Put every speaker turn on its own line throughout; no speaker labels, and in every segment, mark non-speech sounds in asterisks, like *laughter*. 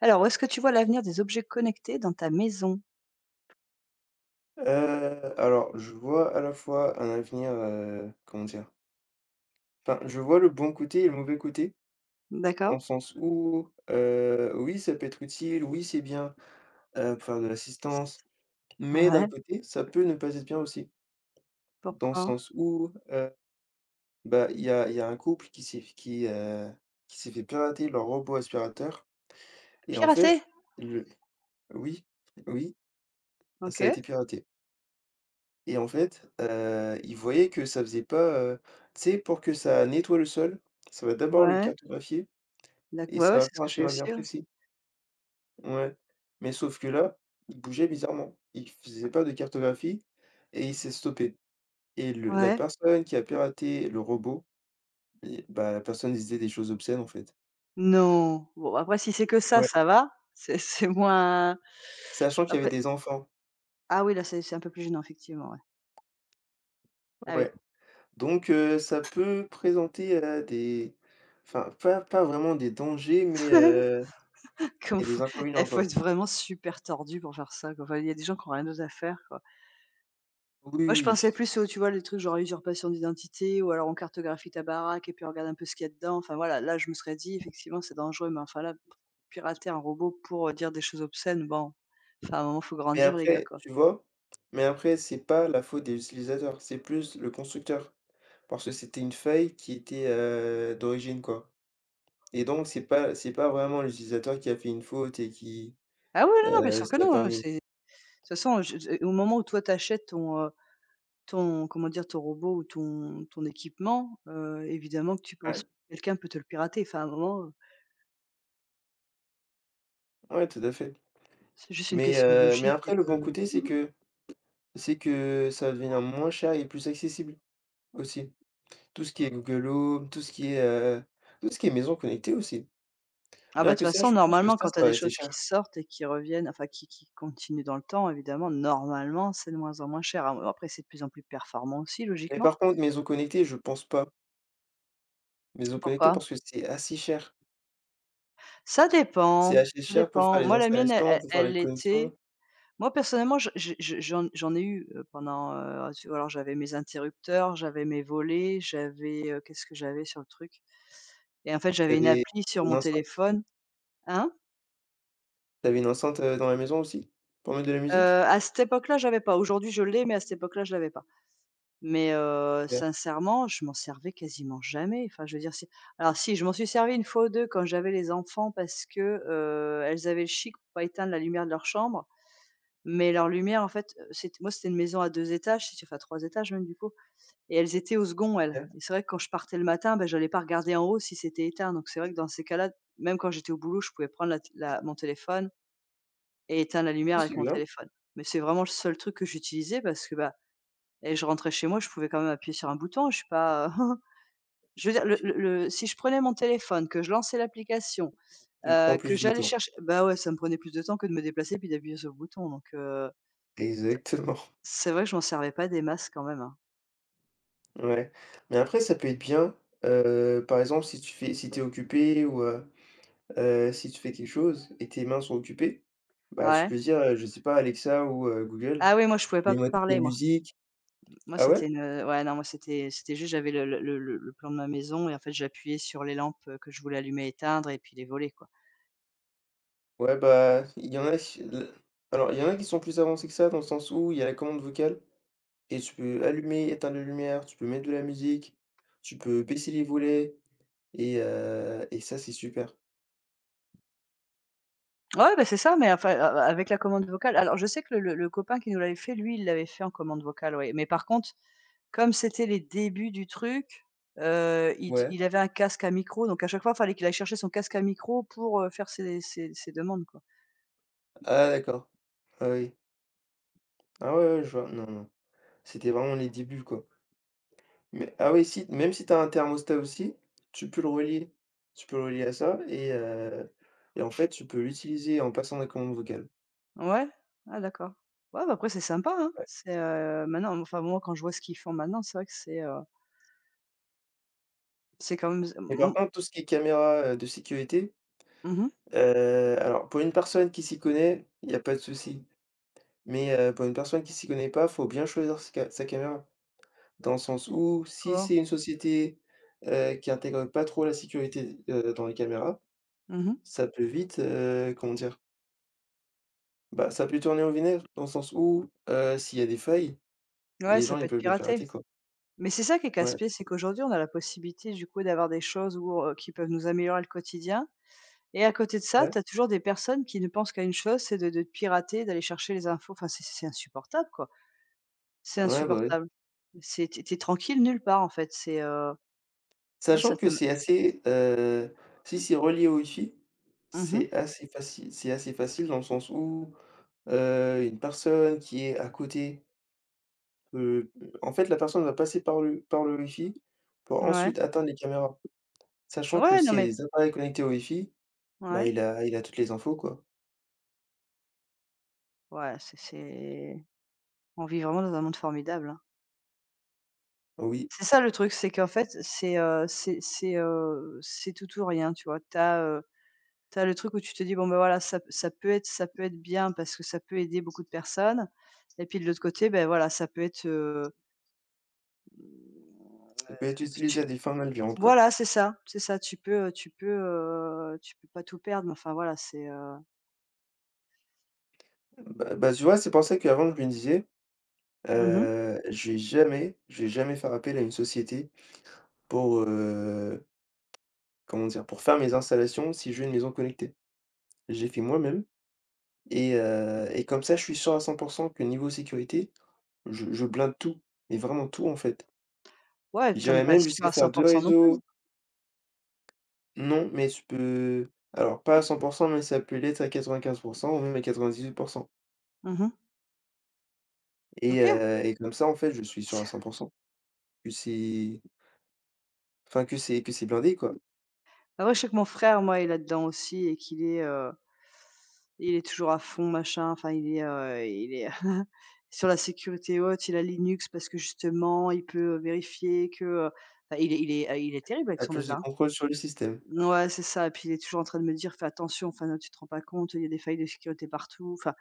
Alors, où est-ce que tu vois l'avenir des objets connectés dans ta maison?
Alors je vois à la fois un avenir, comment dire? Enfin, je vois le bon côté et le mauvais côté, dans
D'accord.
le sens où, oui, ça peut être utile, oui, c'est bien, pour faire de l'assistance, mais d'un
Ouais,
côté, ça peut ne pas être bien aussi. Dans le
pourquoi?
sens où, bah, il y a un couple qui s'est fait pirater leur robot aspirateur et en fait,
Pirater?
le oui, oui, ça a
OK.
été piraté. Et en fait, ils voyaient que ça faisait pas, tu sais, pour que ça nettoie le sol, ça va d'abord le
Ouais,
cartographier
d'ac
et
ouais,
ça
ouais,
va
c'est ce
faire un
que j'ai
schéma
aussi,
bien
ouais.
précis. Ouais, mais sauf que là, il bougeait bizarrement. Il faisait pas de cartographie et il s'est stoppé et le la
Ouais.
personne qui a piraté le robot et bah, la personne disait des choses obscènes, en fait.
Non. Bon, après si c'est que ça,
Ouais,
ça va. C'est *laughs* c'est moins.
sachant qu'il y avait
Après,
des enfants.
ah oui, là, c'est un peu plus gênant, effectivement, ouais. Ah oui.
Ouais, donc ça peut présenter, des enfin, pas vraiment des dangers, mais
*laughs*
il
Comme
y a
faut
des inconvénients,
Faut être
quoi.
vraiment super tordu pour faire ça, quoi. Enfin, il y a des gens qui ont rien d'autre à faire, quoi. Moi, je
Oui.
pensais plus aux tu vois, les trucs genre usurpation d'identité ou alors on cartographie ta baraque et puis on regarde un peu ce qu'il y a dedans. Enfin voilà, là, je me serais dit effectivement c'est dangereux, mais enfin là, p pirater un robot pour, dire des choses obscènes, bon, enfin à un moment, faut
Mais
grandir les gars,
après,
quoi.
tu vois? Mais après, c'est pas la faute des utilisateurs, c'est plus le constructeur. Parce que c'était une faille qui était, d'origine, quoi. Et donc c'est pas vraiment l'utilisateur qui a fait une faute et qui,
Ah oui, non, non, bien sûr
ce
que
qui a
non,
permis
c'est de toute façon, je au moment où toi t'achètes ton, comment dire? Ton robot ou ton équipement, évidemment que tu penses
ouais,
que quelqu'un peut te le pirater. Enfin à un moment,
ouais, tout à fait.
c'est juste une question de
Mais
logique et
après, le bon
de.
côté, c'est que ça va devenir moins cher et plus accessible aussi. Tout ce qui est Google Home, tout ce qui est, tout ce qui est maison connectée aussi.
Ah bah,
Bien
de
que
toute
ça,
façon,
je pense que
normalement,
ça,
quand
ça
tu as
va
des
rester
choses qui
cher.
sortent et qui reviennent, enfin qui continuent dans le temps évidemment, normalement, c'est de moins en moins cher. A après, c'est de plus en plus performant aussi
Mais
logiquement.
par contre, maison connectée, je pense pas. Maison connectée
Pourquoi?
parce que c'est assez cher.
Ça
C'est
dépend,
assez
ça
cher pour faire
dépend.
les
Moi, la mienne, elle
installations,
elle
pour faire
elle
les connexions.
l'était. Moi, personnellement, je j'en j'en ai eu, pendant, tu vois? Alors, j'avais mes interrupteurs, j'avais mes volets, j'avais, qu'est-ce que j'avais sur le truc? Et en fait,
Tu
j'avais une
avais
appli sur
une
mon
enceinte aussi.
téléphone. Hein?
Tu avais une enceinte, dans la maison aussi, pour mettre de la
Heu,
musique?
à cette époque-là, j'avais pas. Aujourd'hui, je l'ai, mais à cette époque-là, je l'avais pas. Mais
Ouais,
sincèrement, je m'en servais quasiment jamais. Enfin, je veux dire, c'est alors si, je m'en suis servie une fois ou 2 quand j'avais les enfants parce que, elles avaient le chic pour pas éteindre la lumière de leur chambre. Mais leur lumière, en fait, c'était moi, c'était une maison à 2 étages, si tu enfin 3 étages même, du coup et elles étaient au second, elles
ouais.
et c'est vrai que quand je partais le matin, ben j'allais pas regarder en haut si c'était éteint. Donc c'est vrai que dans ces cas-là, même quand j'étais au boulot, je pouvais prendre la té la mon téléphone et éteindre la lumière
Ah
avec
c'est
mon
bien.
téléphone. Mais c'est vraiment le seul truc que j'utilisais parce que, bah, et je rentrais chez moi, je pouvais quand même appuyer sur un bouton, je suis pas, *laughs* je veux dire le si je prenais mon téléphone, que je lançais l'application,
Tu
heu,
prends
que
plus de
j'allais
temps.
chercher bah, ouais, ça me prenait plus de temps que de me déplacer puis d'appuyer sur le bouton donc
Exactement,
c'est vrai que je m'en servais pas des masses quand même, hein.
*laughs* ouais. Mais après ça peut être bien, par exemple si tu fais si t'es occupé ou si tu fais quelque chose et tes mains sont occupées, bah, tu
Ouais.
peux dire, je sais pas Alexa ou Google:
Ah oui, moi je pouvais pas
«Mets-moi
parler
telle
moi.
musique».
Moi
Ah ouais?
c'était une, ouais, non, moi c'était juste j'avais le plan de ma maison et en fait j'appuyais sur les lampes, que je voulais allumer, éteindre et puis les volets, quoi.
Ouais, bah, il y en a qui l alors, il y en a qui sont plus avancés que ça, dans le sens où il y a la commande vocale et tu peux allumer, éteindre les lumières, tu peux mettre de la musique, tu peux baisser les volets et ça, c'est super.
Ouais, bah, c'est ça, mais enfin, a a avec la commande vocale alors je sais que le copain qui nous l'avait fait, lui, il l'avait fait en commande vocale, ouais, mais par contre. Comme c'était les débuts du truc, il
Ouais.
il avait un casque à micro, donc à chaque fois, il fallait qu'il aille chercher son casque à micro pour, faire ses demandes, quoi.
Ah d'accord. Ah oui. Ah ouais, ouais, je vois. Non, non, c'était vraiment les débuts, quoi. Mais ah oui, si, même si tu as un thermostat aussi, tu peux le relier. Tu peux le relier à ça et en fait, tu peux l'utiliser en passant la commande vocale.
Ouais? Ah d'accord. Ouais, bah, après c'est sympa, hein. C'est, maintenant enfin moi quand je vois ce qu'ils font maintenant, c'est vrai que c'est, c'est quand même. Z
Mais par contre, tout ce qui est caméra, de sécurité,
Mmh.
alors pour une personne qui s'y connaît, il y a pas de souci. Mais pour une personne qui s'y connaît pas, faut bien choisir s ca sa caméra. Dans le sens où si
Comment?
c'est une société, qui intègre pas trop la sécurité, dans les caméras,
Mmh.
ça peut vite, comment dire? Bah, ça peut tourner au vinaigre dans le sens où, s'il y a des failles.
Ouais,
Les
ça
gens, ils
peut être
peuvent le pirater,
piraté.
quoi.
Mais c'est ça qui est
Ouais,
casse-pied, c'est qu'aujourd'hui on a la possibilité du coup d'avoir des choses où, qui peuvent nous améliorer le quotidien. Et à côté de ça, tu
ouais,
as toujours des personnes qui ne pensent qu'à une chose, c'est de te pirater, d'aller chercher les infos. Enfin, c'est insupportable, quoi. C'est
ouais, bah, oui.
insupportable. C'est tu es tranquille nulle part, en fait. C'est, moi ça
Sachant
ça
que
me.
c'est assez, si c'est relié au wifi,
Mmh.
c'est assez facile dans le sens où, une personne qui est à côté, heu, en fait, la personne va passer par le wifi pour
Ouais.
ensuite atteindre les caméras. Sachant que
Ouais, non
s'il y a
mais
des appareils connectés au wifi, bah,
ouais,
il a toutes les infos, quoi.
ouais, c'est on vit vraiment dans un monde formidable, hein.
Oui,
C'est ça le truc, c'est qu'en fait, c'est tout ou rien, tu vois? Tu as, le truc où tu te dis: «Bon, ben voilà, ça peut être bien parce que ça peut aider beaucoup de personnes» et puis de l'autre côté, ben voilà, ça peut être Mmh,
ça peut être
tu
utilisé
tu
à des fins malveillantes, quoi.
voilà, c'est ça, c'est ça. Tu peux pas tout perdre, mais enfin voilà, c'est
Bah, tu vois, c'est pour ça qu'avant je me disais,
mmh.
je vais jamais faire appel à une société pour, comment dire? Pour faire mes installations si je veux une maison connectée. J'ai fait moi-même et comme ça, je suis sûr à cent pour 100 que niveau sécurité, je blinde tout, mais vraiment tout, en fait.
Ouais, t'en es
J'irais
pas
même
sûr
jusqu'à
à cent
faire
pour
2
100 non plus.
réseaux. Non, mais tu peux alors pas à cent pour 100 mais ça peut l'être à quatre-vingt-quinze pour cent ou même à 98
Mmh. OK.
et comme ça, en fait, je suis sûr à cent
*laughs*
pour 100 que c'est enfin, que c'est blindé, quoi.
Après je sais que mon frère, moi, il est là-dedans aussi et qu'il est, il est toujours à fond, machin, enfin il est *laughs* sur la sécurité haute, il a Linux parce que justement, il peut, vérifier que enfin il est terrible avec
Tu
son
plus de
bazar, hein.
contrôle sur le système.
Ouais, c'est ça et puis il est toujours en train de me dire: «Fais attention, enfin, tu te rends pas compte, il y a des failles de sécurité partout», enfin.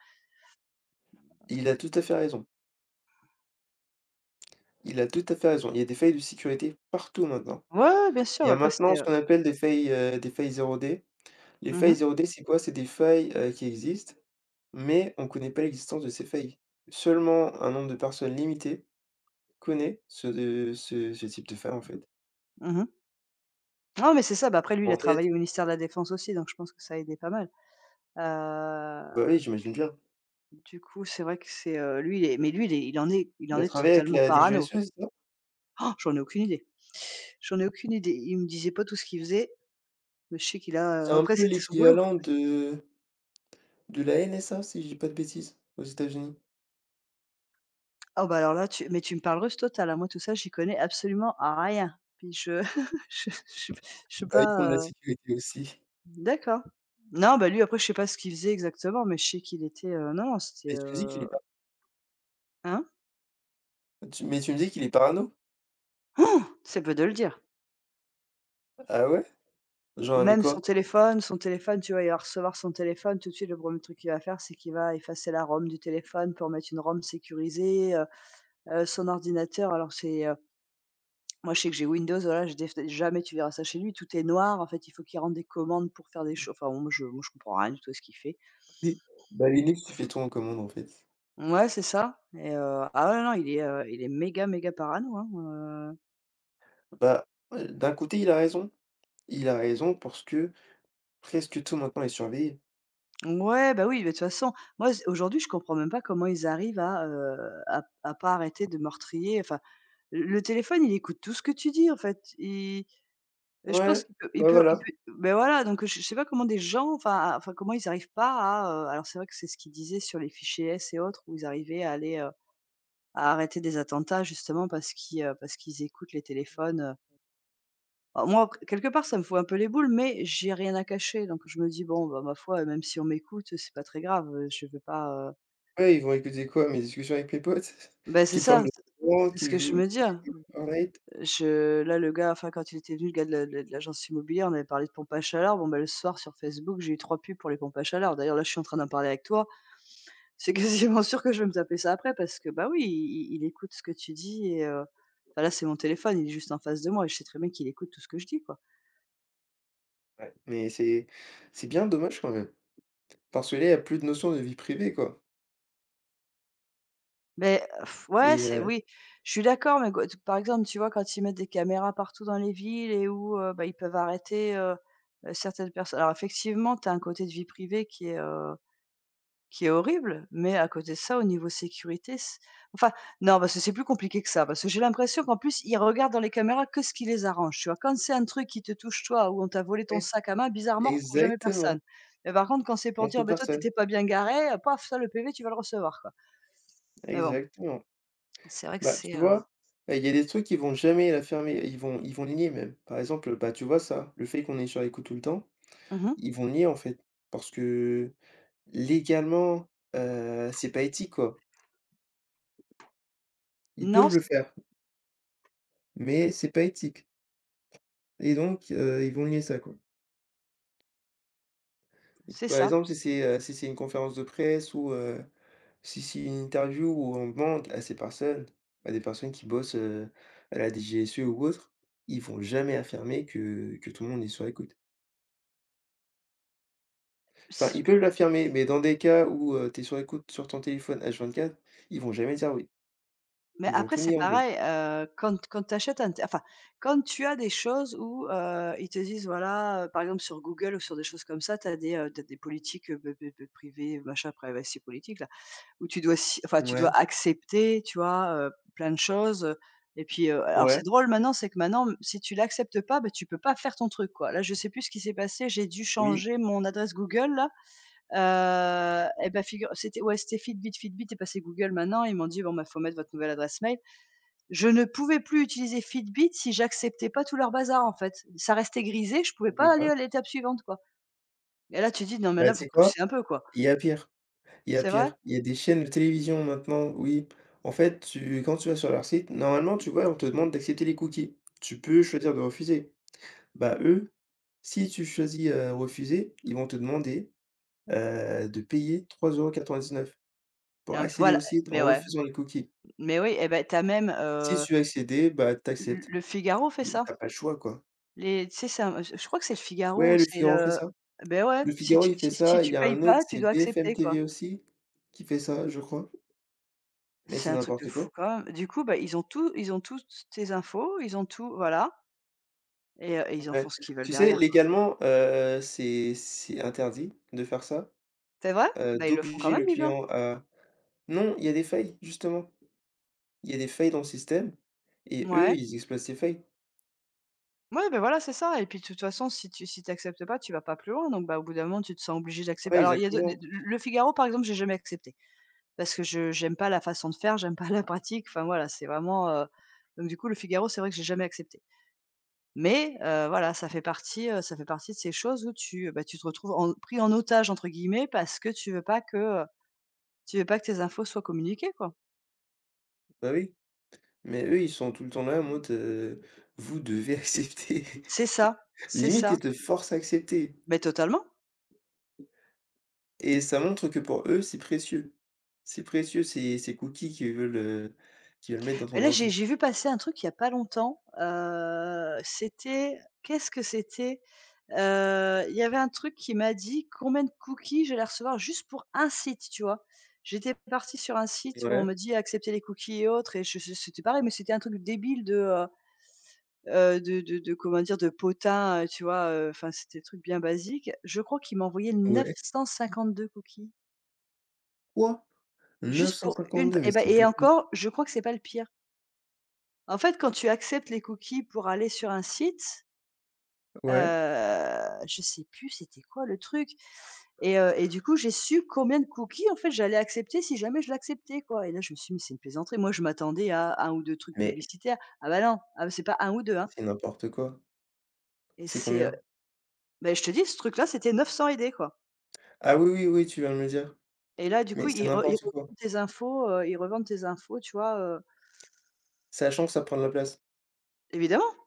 Il a tout à fait raison. Il a tout à fait raison. Il y a des failles de sécurité partout maintenant.
Ouais, ouais, bien
Il
sûr,
y a
après c'est
maintenant ce qu'on appelle des failles zéro d. Les
mmh
failles
mh,
zéro d c'est quoi? C'est des failles, qui existent, mais on ne connaît pas l'existence de ces failles. Seulement un nombre de personnes limité connaît ce type de faille, en fait.
mmh. Non, mais c'est ça, bah, après lui, il a
En fait
travaillé au ministère de la défense aussi, donc je pense que ça a aidé pas mal. Heu,
bah, oui, j'imagine bien.
du coup, c'est vrai que c'est, lui, il est mais lui, il est il en est il
Il
en
a
est
travaillé avec
totalement
la
parano.
DGSE, c'est ça?
Oh, j'en ai aucune idée. J'en ai aucune idée. Il me disait pas tout ce qu'il faisait, mais je sais qu'il
C'est
a,
un
après
peu
c'était son boulot.
l'équivalent de la NSA, si je dis pas de bêtises, aux États-Unis.
Oh bah, alors là, tu mais tu me parles russe total, hein, moi tout ça, j'y connais absolument rien. Puis je *laughs* je je suis je suis
Bah, ils font de la
pas.
sécurité aussi.
D'accord. Non, bah, lui après je sais pas ce qu'il faisait exactement, mais je sais qu'il était, non, non, c'était
Mais tu me dis qu'il est pas
hein?
tu mais tu me dis qu'il est parano?
C'est peu de le dire.
Ah ouais? Genre avec
Même son
quoi?
téléphone son téléphone, tu vois? Il va recevoir son téléphone, tout de suite, le premier truc qu'il va faire, c'est qu'il va effacer la ROM du téléphone pour mettre une ROM sécurisée Son ordinateur alors c'est moi je sais que j'ai Windows, voilà, je déf jamais tu verras ça chez lui, tout est noir, en fait, il faut qu'il rende des commandes pour faire des choses. Enfin, moi je comprends rien du tout à ce qu'il fait.
Oui. Bah Linux, tu fais tout en commande en fait.
Ouais, c'est ça et ah ouais, non, il est méga, méga parano, hein, heu
Bah, d'un côté, il a raison. Il a raison parce que presque tout maintenant est surveillé.
Ouais, bah, oui, mais de toute façon, moi z aujourd'hui, je comprends même pas comment ils arrivent à, à pas arrêter de meurtrier. Enfin, le téléphone, il écoute tout ce que tu dis, en fait. Il je pense
Ouais,
qu'il peut il
bah
peut il
voilà.
peut Beh, voilà, donc je sais pas comment des gens, enfin à enfin, comment ils arrivent pas à, alors c'est vrai que c'est ce qu'ils disaient sur les fichiers S et autres où ils arrivaient à aller, à arrêter des attentats justement parce qu'ils écoutent les téléphones. Alors moi, q quelque part, ça me fout un peu les boules, mais j'ai rien à cacher, donc je me dis: «Bon, bah, ma foi, même si on m'écoute, c'est pas très grave, je veux pas, ».
Ouais, ils vont écouter quoi? Mes discussions avec mes potes?
Beh,
*laughs*
c'est
Qui parlent
ça,
de
c'est
Valorant,
c'est ce
qui
que je
jouent
me dis, hein.
à Fortnite?
Je là, le gars, enfin, quand il était venu, le gars de l'agence immobilière, on avait parlé de pompes à chaleur. Bon, bah, le soir, sur Facebook, j'ai eu 3 pubs pour les pompes à chaleur. D'ailleurs, là, je suis en train d'en parler avec toi. *laughs* C'est quasiment sûr que je vais me taper ça après parce que, bah, oui, il écoute ce que tu dis et enfin, là, c'est mon téléphone, il est juste en face de moi et je sais très bien qu'il écoute tout ce que je dis, quoi.
Ouais, mais c'est bien dommage quand même. Parce que là, il y a plus de notion de vie privée quoi
Beh, ouais,
et
c'est oui, je suis d'accord, mais q par exemple, tu vois, quand ils mettent des caméras partout dans les villes et où, bah, ils peuvent arrêter certaines personnes. Alors effectivement, tu as un côté de vie privée qui est, qui est horrible, mais à côté de ça, au niveau sécurité, c enfin, non, parce que c'est plus compliqué que ça, parce que j'ai l'impression qu'en plus, ils regardent dans les caméras que ce qui les arrange, tu vois? Quand c'est un truc qui te touche toi, ou on t'a volé ton
ouais,
sac à main, bizarrement, on retrouve jamais personne.
exactement,
Mais par contre, quand c'est pour
entre
dire: «Beh, toi,
personnes,
t'étais pas bien garé», paf, ça, le PV, tu vas le recevoir, quoi. Mais bon,
exactement.
c'est vrai que
Bah,
c'est,
tu
heu
vois, il y a des trucs qui vont jamais la fermer, ils vont le nier même. Par exemple, bah, tu vois ça, le fait qu'on est sur les coups tout le temps,
Mmh mh.
ils vont le nier en fait. Parce que légalement, c'est pas éthique quoi. Ils
Non,
peuvent le faire, mais c'est pas éthique et donc ils vont nier ça quoi.
c'est
Par
ça.
exemple, si c'est, si c'est une conférence de presse ou si c'est une interview où on demande à ces personnes, à des personnes qui bossent, à la DGSE ou autre, ils vont jamais affirmer que tout le monde est sur écoute. Enfin,
C
ils peuvent l'affirmer, mais dans des cas où, tu es sur écoute sur ton téléphone H24, ils vont jamais dire oui.
Mais
Ils vont
après
tout
c'est
nier en bloc.
pareil, quand tu achètes un t enfin, quand tu as des choses où, ils te disent voilà, par exemple sur Google ou sur des choses comme ça, tu as tu as des politiques, de privées, machin, privacy politique là, où tu dois si enfin tu dois
Ouais,
accepter, tu vois, plein de choses, et puis, alors c'est
ouais,
drôle maintenant, c'est que maintenant, si tu l'acceptes pas, bah, tu peux pas faire ton truc quoi. Là, je sais plus ce qui s'est passé, j'ai dû
oui,
changer mon adresse Google là. Et ben figure c'était ouais, c'était Fitbit. Fitbit est passé Google maintenant. Ils m'ont dit: «Bon, bah, faut mettre votre nouvelle adresse mail». Je ne pouvais plus utiliser Fitbit si j'acceptais pas tout leur bazar, en fait. Ça restait grisé, je pouvais
et
pas aller
bah
à l'étape suivante, quoi. Et là, tu te dis: «Non, mais
bah,
là,
tu
vous
sais quoi?
poussez un peu, quoi».
Il y a pire, il y a
C'est vrai?
pire. Il y a des chaînes de télévision maintenant, oui. En fait, tu quand tu vas sur leur site, normalement, tu vois, on te demande d'accepter les cookies. Tu peux choisir de refuser. Bah, eux, si tu choisis, refuser, ils vont te demander, de payer 3,99 € pour
Non, m
accéder au
Voilà,
site
mais
en
ouais,
refusant les cookies.
mais oui et ben t'as même,
Si
heu,
tu veux accéder, bah, t'acceptes.
Le Figaro fait
Mmh, tu
ça.
as pas le choix, quoi.
Les Tu sais, c'est un je crois que c'est Le Figaro ou
Ouais, Le
c'est
Figaro fait
le.
ça.
Ben ouais,
Le
si
Figaro,
tu
il fait
si
ça, il
tu
y a
payes
un autre,
pas, tu
c'est
dois
BFM
accepter, quoi.
TV aussi, qui fait ça, je crois, mais
C'est
c'est
un truc de
n'importe
fou
quoi.
quand même. Du coup, bah, ils ont toutes tes infos, ils ont tout voilà. Et et ils en font
Ouais.
ce qu'ils veulent
Tu sais,
derrière.
légalement, c'est interdit de faire ça,
C'est vrai? Bah, ils le font quand
d'obliger le
même du gars.
client à non, il y a des failles, justement. Il y a des failles dans le système et eux,
Ouais.
ils exploitent ces failles.
Ouais, ben voilà, c'est ça et puis de toute façon, si t'acceptes pas, tu vas pas plus loin donc bah, au bout d'un moment, tu te sens obligé d'accepter.
Ouais,
Alors il y a de
exactement.
Le Figaro, par exemple, j'ai jamais accepté parce que je j'aime pas la façon de faire, j'aime pas la pratique, enfin voilà, c'est vraiment. Donc du coup, Le Figaro, c'est vrai que j'ai jamais accepté. Mais voilà, ça fait partie de ces choses où tu, bah, tu te retrouves en «pris en otage» entre guillemets parce que tu veux pas que, tu veux pas que tes infos soient communiquées, quoi.
Bah, oui, mais eux, ils sont tout le temps là en mode, «Vous devez *laughs* accepter».
C'est ça, c'est
Limite,
ça.
ils te forcent à accepter.
Mais totalement.
Et ça montre que pour eux, c'est précieux. C'est précieux ces cookies qu'ils veulent mettre dans
Et
ton
là,
ordi.
j'ai vu passer un truc il y a pas longtemps, c'était qu'est-ce que c'était? Il y avait un truc qui m'a dit combien de cookies j'allais recevoir juste pour un site, tu vois? J'étais partie sur un site où on
Ouais,
me dit: accepter les cookies et autres» et je c'était pareil, mais c'était un truc débile de comment dire? De potin, tu vois? Enfin, c'était des trucs bien basique. Je crois qu'il m'a envoyé
ouais.
952 cookies.
Quoi? Neuf
Juste
cent
pour une p
cinquante-deux.
et
Mais
bah
c'est
et
beaucoup.
encore, je crois que c'est pas le pire. En fait, quand tu acceptes les cookies pour aller sur un site, heu,
Ouais,
je sais plus c'était quoi le truc et du coup, j'ai su combien de cookies, en fait, j'allais accepter si jamais je l'acceptais, quoi. Et là, je me suis dit: «Mais c'est une plaisanterie». Moi, je m'attendais à un ou 2 trucs
mais
publicitaires. Ah bah non, ah bah, c'est pas un ou 2 hein.
c'est n'importe quoi.
Et
C'est combien?
beh, je te dis, ce truc-là, c'était 900 idées, quoi.
Ah oui, oui, oui, tu viens de me dire,
Et là, du
mais
coup,
c'est
ils
n'importe quoi.
revendent tes infos, ils revendent tes infos, tu vois.
Sachant que ça prend de la place.
Évidemment.